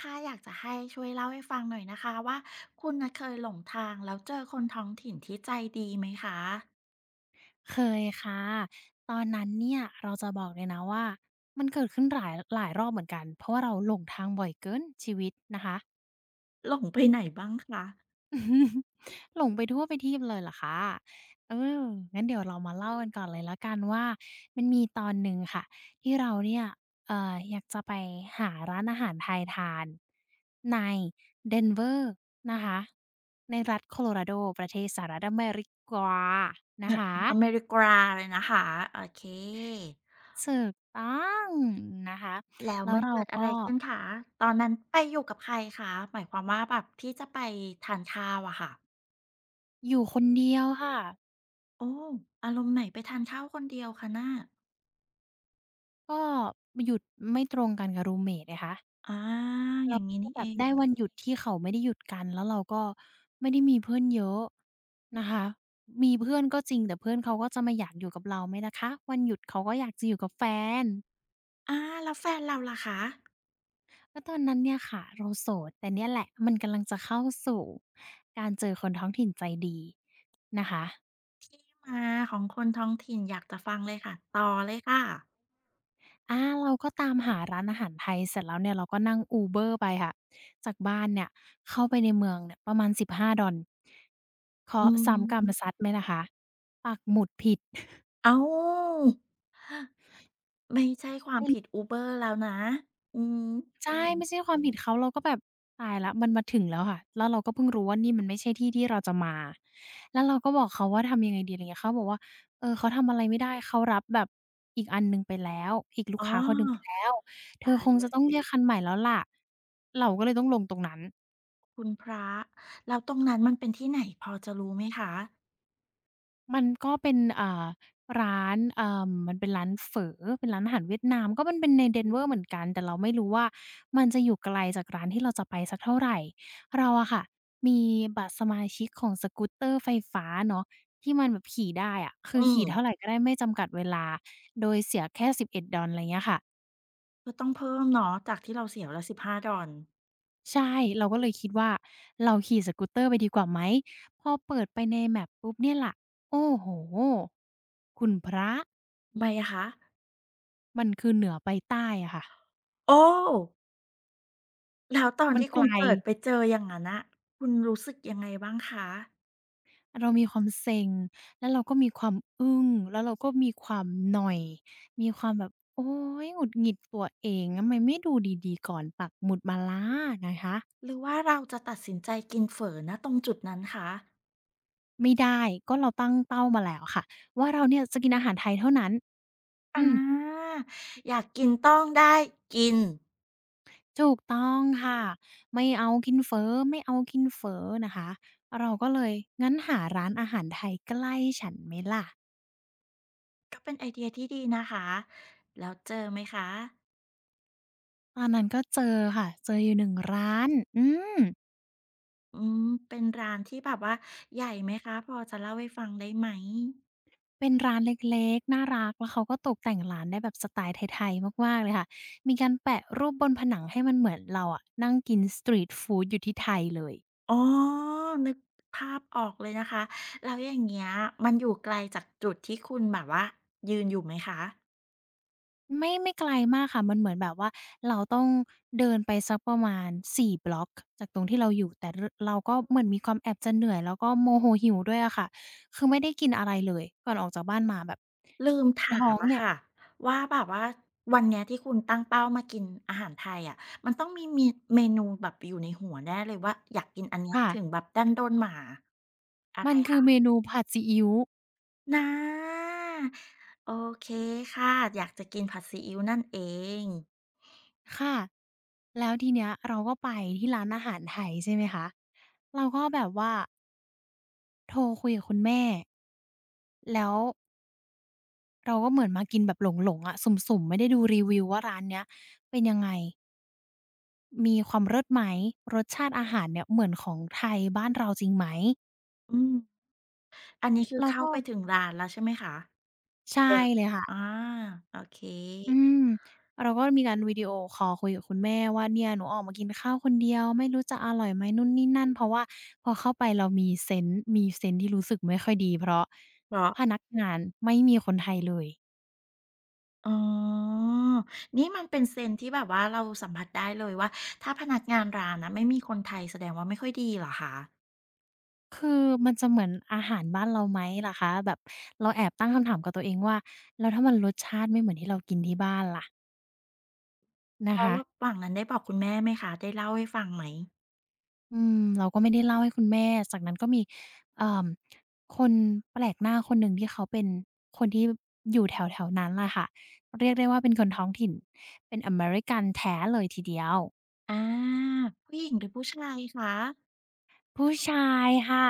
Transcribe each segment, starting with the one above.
ค่ะอยากจะให้ช่วยเล่าให้ฟังหน่อยนะคะว่าคุณน่ะเคยหลงทางแล้วเจอคนท้องถิ่นที่ใจดีไหมคะเคยค่ะตอนนั้นเนี่ยเราจะบอกเลยนะว่ามันเกิดขึ้นหลายรอบเหมือนกันเพราะว่าเราหลงทางบ่อยเกินชีวิตนะคะ หลงไปไหนบ้างคะ หลงไปทั่วไปทีบเลยล่ะค่ะเอองั้นเดี๋ยวเรามาเล่ากันก่อนเลยแล้วกันว่ามันมีตอนหนึ่งค่ะที่เราเนี่ยอยากจะไปหาร้านอาหารไทยทานใน Denver นเวอร์นะคะในรัฐโคโลราโดประเทศสหรัฐอเมริกานะเอ่อคะ อเมริกาเลยนะคะโอเคถูกต้องนะคะแล้วแล้วมันเราเกิดอะก็ไรขึ้นคะตอนนั้นไปอยู่กับใครคะหมายความว่าแบบที่จะไปทานข้าวอะค่ะอยู่คนเดียวค่ะโอ้อารมณ์ไหนไปทานข้าวคนเดียวคะน่ะก็หยุดไม่ตรงกันกับรูมเมตนะคะอาอเราย่างงี้ก็นี่แบเอบงได้วันหยุดที่เขาไม่ได้หยุดกันแล้วเราก็ไม่ได้มีเพื่อนเยอะนะคะมีเพื่อนก็จริงแต่เพื่อนเขาก็จะมาอยากอยู่กับเราไหมล่ะคะวันหยุดเขาก็อยากจะอยู่กับแฟนอาแล้วแฟนเราล่ะคะกลตอนนั้นเนี่ยค่ะเราโสดแต่เนี่ยแหละมันกำลังจะเข้าสู่การเจอคนท้องถิ่นใจดีนะคะ ที่มาของคนท้องถิ่นอยากจะฟังเลยค่ะต่อเลยค่ะอาเราก็ตามหาร้านอาหารไทยเสร็จแล้วเนี่ยเราก็นั่ง Uber ไปค่ะจากบ้านเนี่ยเข้าไปในเมืองเนี่ยประมาณ $15 เคอืราะห์ซ้ำกรรมม ซัดไหมล่ะคะปักหมุดผิดอ้าวไม่ใช่ความเป็นผิด Uber แล้วนะอืมใช่อืมไม่ใช่ความผิดเขา เราก็แบบตายแล้วมันมาถึงแล้วค่ะแล้วเราก็เพิ่งรู้ว่านี่มันไม่ใช่ที่ที่เราจะมา แล้วเราก็บอกเขาว่าทำยังไงดีอะไรเงี้ยเขาบอกว่าเออเขาทำอะไรไม่ได้เขารับแบบอีกอันหนึ่งไปแล้วอีกลูกอ๋ค้าคนหนึ่งไปอแล้วเธอตาคยงแล้จะวต้องเรียกคันใหม่แล้วล่ะเราก็เลยต้องลงตรงนั้น คุณพระแล้วตรงนั้นมันเป็นที่ไหนพอจะรู้ไหมคะมันก็เป็นร้านมันเป็นร้านเฝอเป็นร้านอาหารเวียดนามก็มันเป็นใน Denver เหมือนกันแต่เราไม่รู้ว่ามันจะอยู่ไกลจากร้านที่เราจะไปสักเท่าไรเราอะค่ะมีบัตรสมาชิกของสกูตเตอร์ไฟฟ้าเนาะที่มันแบบขี่ได้อะคืออืขี่เท่าไรมก็ได้ไม่จำกัดเวลาโดยเสียแค่ $11 อดดอลอะไรเงี้ยค่ะก็ต้องเพิ่มเนาะจากที่เราเสียวันละ $15 ใช่เราก็เลยคิดว่าเราขี่สกูตเตอร์ไปดีกว่าไหมพอเปิดไปใน Map ปุ๊บเนี่ยล่ะโอ้โฮคุณพระ ทำไมอะคะมันคือเหนือไปใต้อะค่ะโอ้แล้วตอนมันที่ไกคุล ณเปิดไปเจออย่างงั้นน่ะคุณรู้สึกยังไงบ้างคะเรามีความเซ็งแล้วเราก็มีความอึ้งแล้วเราก็มีความนอย มีความแบบโอ๊ยหงุดหงิดตัวเองทำไมไม่ดูดีๆก่อนปักหมุดมาล่ะนะคะหรือว่าเราจะตัดสินใจกินเฝอณตรงจุดนั้นคะไม่ได้ ก็เราตั้งเป้ามาแล้วค่ะว่าเราเนี่ยจะกินอาหารไทยเท่านั้นออืมาอยากกินต้องได้กิน ถูกต้องค่ะ ไม่เอากินเฟ้อไม่เอากินเฟ้อนะคะเราก็เลยงั้นหาร้านอาหารไทยใกล้ฉันไหมล่ะ ก็เป็นไอเดียที่ดีนะคะแล้วเจอไหมคะตอนนั้นก็เจอค่ะ เจออยู่1ร้าน อืม อืมเป็นร้านที่แบบว่าใหญ่ไหมคะพอจะเล่าให้ฟังได้ไหมเป็นร้านเล็กๆ น่ารักแล้วเขาก็ตกแต่งร้านได้แบบสไตล์ไทยๆมากๆเลยค่ะ มีการแปะรูปบนผนังให้มันเหมือนเราอะนั่งกินสตรีตฟูดอยู่ที่ไทยเลย อ๋อนึกภาพออกเลยนะคะแล้วอย่างเงี้ยมันอยู่ไกลจากจุดที่คุณแบบว่ายืนอยู่ไหมคะไม่ไม่ไกลมากค่ะ มันเหมือนแบบว่าเราต้องเดินไปสักประมาณ4บล็อกจากตรงที่เราอยู่ แต่รเราก็เหมือนมีความแอบจะเหนื่อยแล้วก็โมโหหิวด้วยอะค่ะคือไม่ได้กินอะไรเลยก่อนออกจากบ้านมาแบบลืมถาท้อมงอะเนี่ยค่ะว่าแบบว่าวันเนี้ยที่คุณตั้งเป้ามากินอาหารไทยอะมันต้องมีเมนูแบบอยู่ในหัวแน่เลยว่าอยากกินอันเนี้ยค่ะถึงแบบดันโดนหม่าอะมันคือไร เมนูผัดซีอิ๊ว นะโอเคค่ะอยากจะกินผัดซีอิ๊วนั่นเองค่ะแล้วทีเนี้ยเราก็ไปที่ร้านอาหารไทยใช่ไหมคะเราก็แบบว่าโทรคุยกับคุณแม่แล้วเราก็เหมือนมากินแบบหลงๆอะสุ่มๆไม่ได้ดูรีวิวว่าร้านเนี้ยเป็นยังไงมีความเลิศไหมรสชาติอาหารเนี่ยเหมือนของไทยบ้านเราจริงไหมอืมอันนี้คือเราเข้าก็ไปถึงร้านแล้วใช่ไหมคะใช่เดินเลยค่ะ อาโอเคอืมเราก็มีการวิดีโอคอลคุยกับคุณแม่ว่าเนี่ยหนูออกมากินข้าวคนเดียวไม่รู้จะอร่อยไหมนู่นนี่นั่นเพราะว่าพอเข้าไปเรามีเซนส์มีเซนส์ที่รู้สึกไม่ค่อยดีเพราะเพราะพนักงานไม่มีคนไทยเลยอ๋อนี่มันเป็นเซนส์ที่แบบว่าเราสัมผัสได้เลยว่าถ้าพนักงานร้านนะไม่มีคนไทยแสดงว่าไม่ค่อยดีเหรอคะคือมันจะเหมือนอาหารบ้านเราไหมล่ะคะแบบเราแอบตั้งคำถามกับตัวเองว่าแล้วถ้ามันรสชาติไม่เหมือนที่เรากินที่บ้านล่ะนะแล้วคะ ระหว่างนั้นได้บอกคุณแม่ไหมคะได้เล่าให้ฟังไหมอืมเราก็ไม่ได้เล่าให้คุณแม่จากนั้นก็มีเอ่อคนแปลกหน้าคนหนึ่งที่เขาเป็นคนที่อยู่แถวๆนั้นแหล่ะค่ะเรียกได้ว่าเป็นคนท้องถิ่น เป็นอเมริกันแท้เลยทีเดียว อาผู้หญิงหรือผู้ชายคะ ผู้ชายค่ะ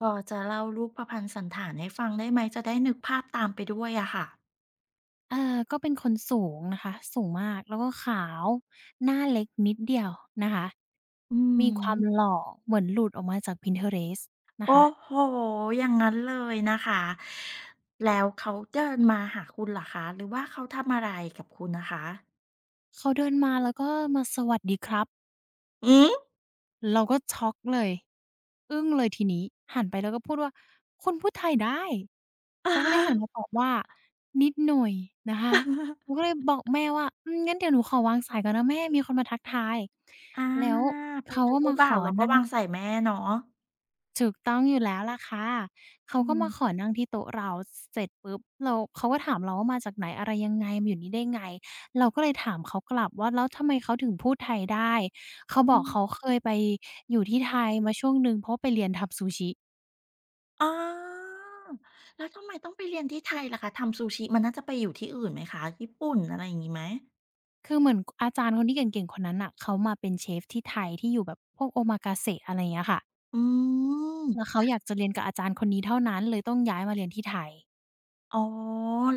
พอจะเล่ารูปประพันธ์สันฐานให้ฟังได้ไหมจะได้นึกภาพตามไปด้วยอะค่ะเออก็เป็นคนสูงนะคะสูงมาก แล้วก็ขาว หน้าเล็กนิดเดียวนะคะ อืมีความมหล่อเหมือนหลุดออกมาจาก Pinterest นะโอ้คะ โฮอย่างงั้นเลยนะคะแล้วเขาเดินมาหาคุณเหรอคะหรือว่าเขาทำอะไรกับคุณนะคะเขาเดินมาแล้วก็มาสวัสดีครับ หือ เราก็ช็อกเลยอึ้งเลยทีนี้หันไปแล้วก็พูดว่าคุณพูดไทยได้ อะเขาก็เลยฮะหันมาตอบว่านิดหน่อยนะคะหนูก็เลยบอกแม่ว่าอืมงั้นเดี๋ยวหนูขอวางสายก่อนนะแม่มีคนมาทักทายอาแล้วพอเขาเจอก็คู่มาขบ่าอวเราก็นั่ง วางสายแม่เนาะถูกต้องอยู่แล้วล่ะค่ะเขาอืก็มมาขอนั่งที่โต๊ะเราเสร็จปุ๊บเราเขาก็ถามเราว่ามาจากไหนอะไรยังไงมาอยู่นี่ได้ไงเราก็เลยถามเขากลับว่าแล้วทำไมเขาถึงพูดไทยได้เขาบอือกมเขาเคยไปอยู่ที่ไทยมาช่วงหนึ่งเพราะว่าไปเรียนทำซูชิอ๋อแล้วทำไมต้องไปเรียนที่ไทยล่ะคะทำซูชิมันน่าจะไปอยู่ที่อื่นไหมคะญี่ปุ่นอะไรอย่างงี้ไหมคือเหมือนกอาจารย์คนที่เก่งๆคนนั้นน่ะเขามาเป็นเชฟที่ไทยที่อยู่แบบพวก Omakase อะไรอย่างเงี้ยค่ะอืม แล้วเขาอยากจะเรียนกับอาจารย์คนนี้เท่านั้นเลยต้องย้ายมาเรียนที่ไทยอ๋อ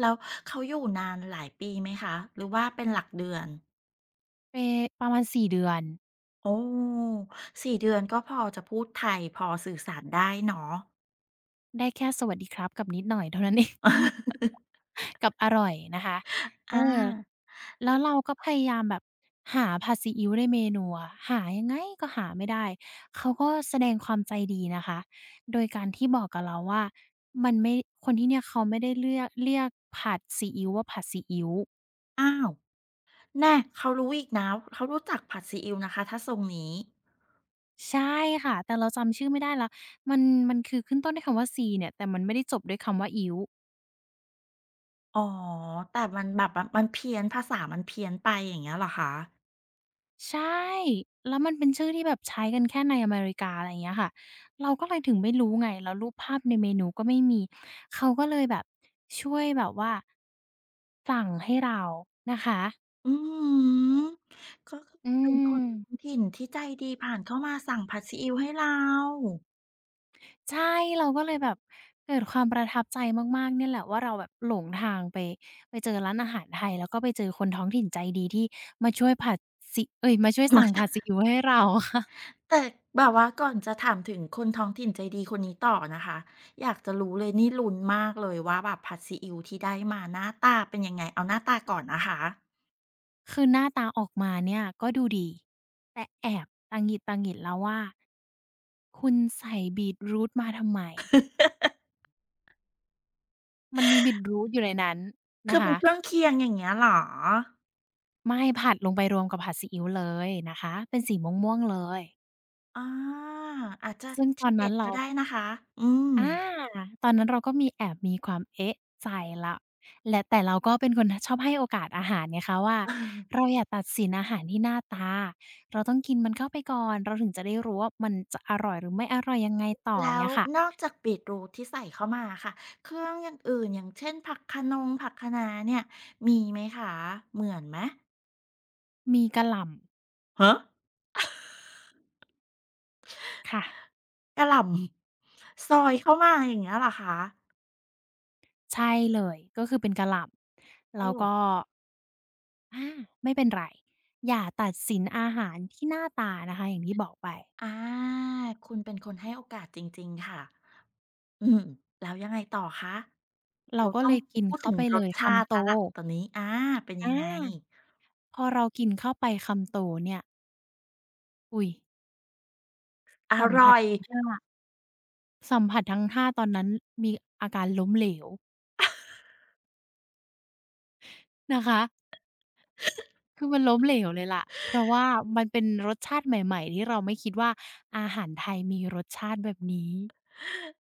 แล้วเขาอยู่นานหลายปีไหมคะหรือว่าเป็นหลักเดือนไปประมาณ4เดือนโอ้สี่เดือนก็พอจะพูดไทยพอสื่อสารได้เนาะ ได้แค่สวัสดีครับกับนิดหน่อยเท่านั้น เอง กับอร่อยนะคะเออาอแล้วเราก็พยายามแบบหาผัดซีอิ๊วในเมนูอะหายังไงก็หาไม่ได้ เขาก็แสดงความใจดีนะคะ โดยการที่บอกกับเราว่ามันไม่คนที่เนี่ยเขาไม่ได้เลือกเรียกผัดซีอิ๊วว่าผัดซีอิ๊วอ้าวแน่เขารู้อีกนะเขารู้จักผัดซีอิ๊วนะคะถ้าทรงนี้ใช่ค่ะแต่เราจำชื่อไม่ได้แล้วมันมันคือขึ้นต้นด้วยคำว่าซีเนี่ยแต่มันไม่ได้จบด้วยคำว่าอิ๊ว อ๋อแต่มันแบบมันเพี้ยนภาษามันเพี้ยนไปอย่างเงี้ยเหรอคะใช่แล้วมันเป็นชื่อที่แบบใช้กันแค่ในอเมริกาอะไรอย่างเงี้ยค่ะเราก็เลยถึงไม่รู้ไงแล้วรูปภาพในเมนูก็ไม่มี เขาก็เลยแบบช่วยแบบว่าสั่งให้เรานะคะอืมก็คืออืเป็นคนมท้องถิ่นที่ใจดีผ่านเข้ามาสั่งผัดซีอิ๊วให้เรา ใช่ เราก็เลยแบบเกิดความประทับใจมากๆเนี่ยแหละว่าเราแบบหลงทางไปไปเจอร้านอาหารไทยแล้วก็ไปเจอคนท้องถิ่นใจดีที่มาช่วยผัดซีเอ๊ยมาช่วยสั่งผัดซีอิ๊วให้เรา ค่ะ แต่แบบว่าก่อนจะถามถึงคนท้องถิ่นใจดีคนนี้ต่อนะคะอยากจะรู้เลยนี่ลุ้นมากเลยว่าแบบผัดซีอิ๊วที่ได้มาหน้าตาเป็นยังไงเอาหน้าตาก่อนนะคะคือหน้าตาออกมาเนี่ยก็ดูดีแต่แอบตะหงิดตาหงิดแล้วว่าคุณใส่บีตรูทมาทำไมมันมีบีตรูทอยู่ในนั้นคืนะอเป็คะนเครื่องเคียงอย่างเงี้ยเหรอไม่ผัดลงไปรวมกับผัดซีอิ๊วเลยนะคะเป็นสีม่วงๆเลยอาอาจจะซึ่งทีเด็ดก็ได้นะคะอืม อา ตอนนั้นเราก็มีแอบมีความเอ๊ะใจแล้วและแต่เราก็เป็นคนชอบให้โอกาสอาหารไงคะว่าอาเราอย่าตัดสินอาหารที่หน้าตาเราต้องกินมันเข้าไปก่อนเราถึงจะได้รู้ว่ามันจะอร่อยหรือไม่อร่อยยังไงต่อแล้วเงี้ยค่ะ นอกจากบีทรูทที่ใส่เข้ามาค่ะเครื่องอย่างอื่นอย่างเช่นผักคะนงผักคะน้าเนี่ยมีไหมคะเหมือนไหมมีกะหล่ำฮะ ค่ะกะหล่ำซอยเข้ามาอย่างเงี้ยเหรอคะใช่เลยก็คือเป็นกะหล่ำโอ้แล้วก็อาไม่เป็นไรอย่าตัดสินอาหารที่หน้าตานะคะอย่างที่บอกไปอาคุณเป็นคนให้โอกาสจริงๆค่ะอืมแล้วยังไงต่อคะเราเราก็ต้อเลงยกินพูดเข้าถึงไปรเลสยชาคำติโตแล้วล่ะตอนนี้อาเป็นอยังไงาพอเรากินเข้าไปคำโตเนี่ยอุ๊ยอสัมผัร่สอยทั้งห้าสัมผัสทั้งห้าตอนนั้นมีอาการล้มเหลวนะคะคือมันล้มเหลวเลยล่ะเพราะว่ามันเป็นรสชาติใหม่ๆที่เราไม่คิดว่าอาหารไทยมีรสชาติแบบนี้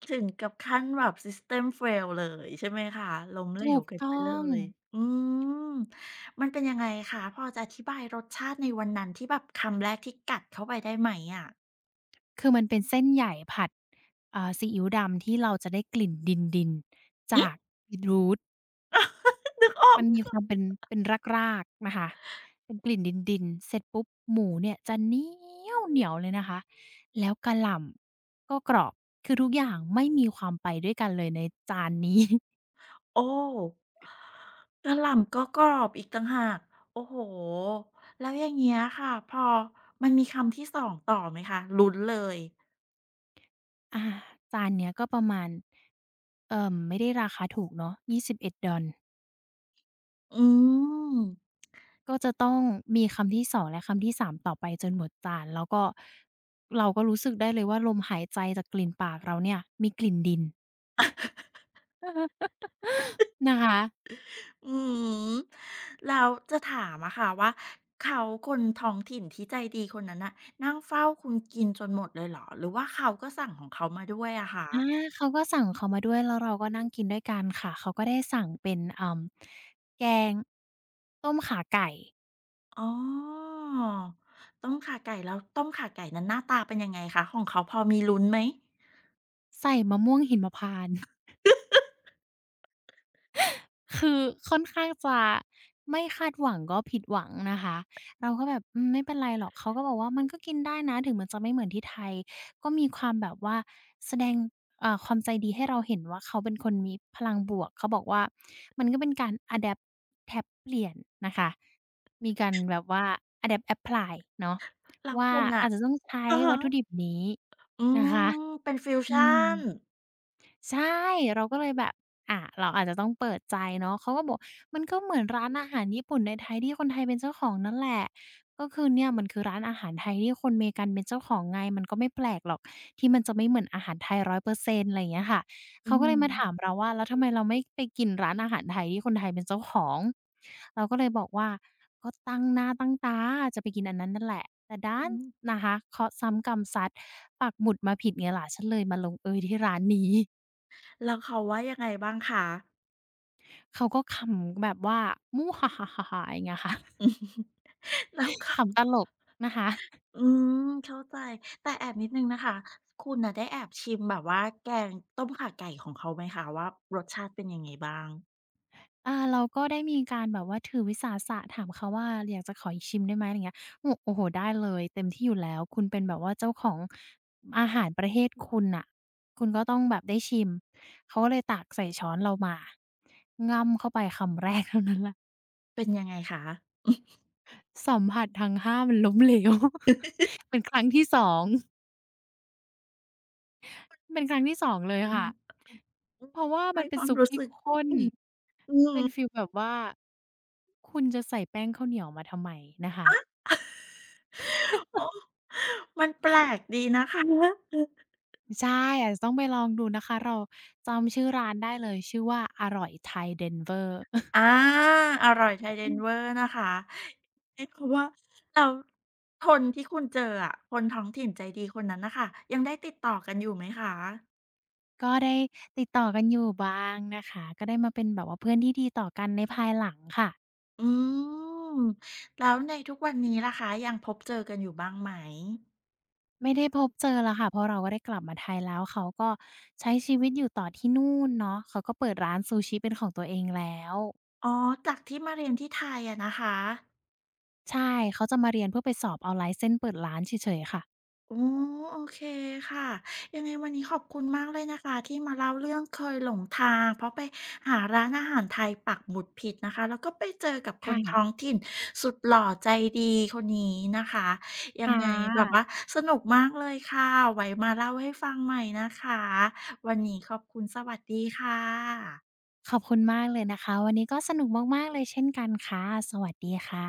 ถึงกับขั้นแบบ System Fail เลยใช่ไหมคะล้มเหลถูวกกันไปต้อเลง ยอืมมันเป็นยังไงคะพอจะอธิบายรสชาติในวันนั้นที่แบบคำแรกที่กัดเข้าไปได้ไหมอะคือมันเป็นเส้นใหญ่ผัดซีอิ๊วดำที่เราจะได้กลิ่นดินๆหืจาอ ก beetroot นึกออก มันมีความเป็นเป็นรากๆนะคะเป็นกลิ่นดินๆเสร็จปุ๊บหมูเนี่ยจะเหนี๊ยวเหนียวเลยนะคะ แล้วกะหล่ำก็กรอบ คือทุกอย่างไม่มีความไปด้วยกันเลยในจานนี้ โอ้กะหล่ำก็กรอบอีกต่างหากโอ้โฮแล้วอย่างเงี้ยค่ะพอมันมีคำที่สองต่อไหมคะลุ้นเลยอาจานเนี้ยก็ประมาณไม่ได้ราคาถูกเนาะ $21 อืมก็จะต้องมีคำที่สองและคำที่3ต่อไปจนหมดจานแล้วก็เราก็รู้สึกได้เลยว่าลมหายใจจากกลิ่นปากเราเนี่ยมีกลิ่นดิน นะคะอือฮึแล้วจะถามอะค่ะว่าเขาคนท้องถิ่นที่ใจดีคนนั้นน่ะนั่งเฝ้าคุณกินจนหมดเลยเหรอหรือว่าเขาก็สั่งของเขามาด้วยอะคะอาเขาก็สั่งของมาด้วยแล้วเราก็นั่งกินด้วยกันค่ะเขาก็ได้สั่งเป็นแกงต้มข่าไก่อ๋อต้มข่าไก่แล้วต้มข่าไก่นั้นหน้าตาเป็นยังไงคะของเขาพอมีลุ้นไหมใส่มะม่วงหิมพานต์ คือค่อนข้างจะไม่คาดหวังก็ผิดหวังนะคะเราก็แบบอืมไม่เป็นไรหรอกเขาก็บอกว่ามันก็กินได้นะถึงมันจะไม่เหมือนที่ไทยก็มีความแบบว่าแสดงความใจดีให้เราเห็นว่าเขาเป็นคนมีพลังบวกเขาบอกว่ามันก็เป็นการ Adapt แดปต์แท็บเปลี่ยนนะคะมีการแบบว่า Adapt แอปพลายเนาะแล้วว่าคุณน่ะ อาจจะต้องใช้ อะวัฮะ ตถุดิบนี้อืนะคะมเป็นฟิวอืชัม นใช่เราก็เลยแบบอาเราอาจจะต้องเปิดใจเนาะเขาก็บอกมันก็เหมือนร้านอาหารญี่ปุ่นในไทยที่คนไทยเป็นเจ้าของนั่นแหละก็คือเนี่ยมันคือร้านอาหารไทยที่คนเมกันเป็นเจ้าของไงมันก็ไม่แปลกหรอกที่มันจะไม่เหมือนอาหารไทย100%เปอร์เซ็นต์อะไรอย่างเงี้ยค่ะอืเขาก็เลยมมาถามเราว่าแล้วทำไมเราไม่ไปกินร้านอาหารไทยที่คนไทยเป็นเจ้าของเราก็เลยบอกว่าก็ตั้งหน้าตั้งตาจะไปกินอันนั้นนั่นแหละแต่ดัอืนมนะคะเคราะห์ซ้ำกรรมซัดปักหมุดมาผิดไงล่ะฉันเลยมาลงเอยที่ร้านนี้ แล้วเขาว่ายังไงบ้างคะเขาก็ขำแบบว่ามู่ฮ่าๆๆอย่างเงี้ยค่ะ แล้ว เขาขำตลกนะคะอืมเข้าใจแต่แอบนิดหนึ่งนะคะคุณน่ะได้แอบชิมแบบว่าแกงต้มข่าไก่ของเขาไหมคะว่ารสชาติเป็นยังไงบ้างเราก็ได้มีการแบบว่าถือวิสาสะถามเขาว่าอยากจะขออีกชิมได้ไหมอะไรเงี้ยโอ้โอ้โฮได้เลยเต็มที่อยู่แล้วคุณเป็นแบบว่าเจ้าของอาหารประเทศคุณน่ะคุณก็ต้องแบบได้ชิมเขาก็เลยตักใส่ช้อนเรามาง่ำเข้าไปคำแรกเท่านั้นแหละเป็นยังไงคะสัมผัสทั้งหามันล้มเหลว เป็นครั้งที่สอง เป็นครั้งที่สองเลยอืค่ะ มอืมเพราะว่าเข้าใจมันคเป็นวามซุปรู้ที่สึกข้นอืเป็ม นฟีลแบบว่า คุณจะใส่แป้งข้าวเหนียวมาทำไมนะคะ โอ้มันแปลกดีนะคะ ใช่อาจจะต้องไปลองดูนะคะ เราจำชื่อร้านได้เลย ชื่อว่าอร่อยไทย Denver อาอร่อยไทอ ย Denver นะคะเอ๊ะเพราะว่าแล้วคนที่คุณเจออะคนท้องถิ่นใจดีคนนั้นน่ะค่ะยังได้ติดต่อกันอยู่ไหมคะก็ได้ติดต่อกันอยู่บ้างนะคะ ก็ได้มาเป็นแบบว่าเพื่อนที่ดีต่อกันในภายหลังค่ะอืมแล้วในทุกวันนี้ล่ะคะยังพบเจอกันอยู่บ้างไหมไม่ได้พบเจอแล้วค่ะ เพราะเราก็ได้กลับมาไทยแล้วเขาก็ใช้ชีวิตอยู่ต่อที่นู่นเนาะเขาก็เปิดร้านซูชิเป็นของตัวเองแล้ว อ๋อจากที่มาเรียนที่ไทยอะนะคะ ใช่ เขาจะมาเรียนเพื่อไปสอบเอาไลเซนส์เปิดร้านเฉยๆค่ะอ๋อโอเคค่ะยังไงวันนี้ขอบคุณมากเลยนะคะที่มาเล่าเรื่องเคยหลงทางเพราะไปหาร้านอาหารไทยปักหมุดผิดนะคะแล้วก็ไปเจอกับคคนท้อง่ะถิ่นสุดหล่อใจดีคนนี้นะคะยัค่งไงแบบะ ว่าสนุกมากเลยค่ะไว้มาเล่าให้ฟังใหม่นะคะวันนี้ขอบคุณสวัสดีค่ะขอบคุณมากเลยนะคะ วันนี้ก็สนุกมากๆเลยเช่นกันค่ะ สวัสดีค่ะ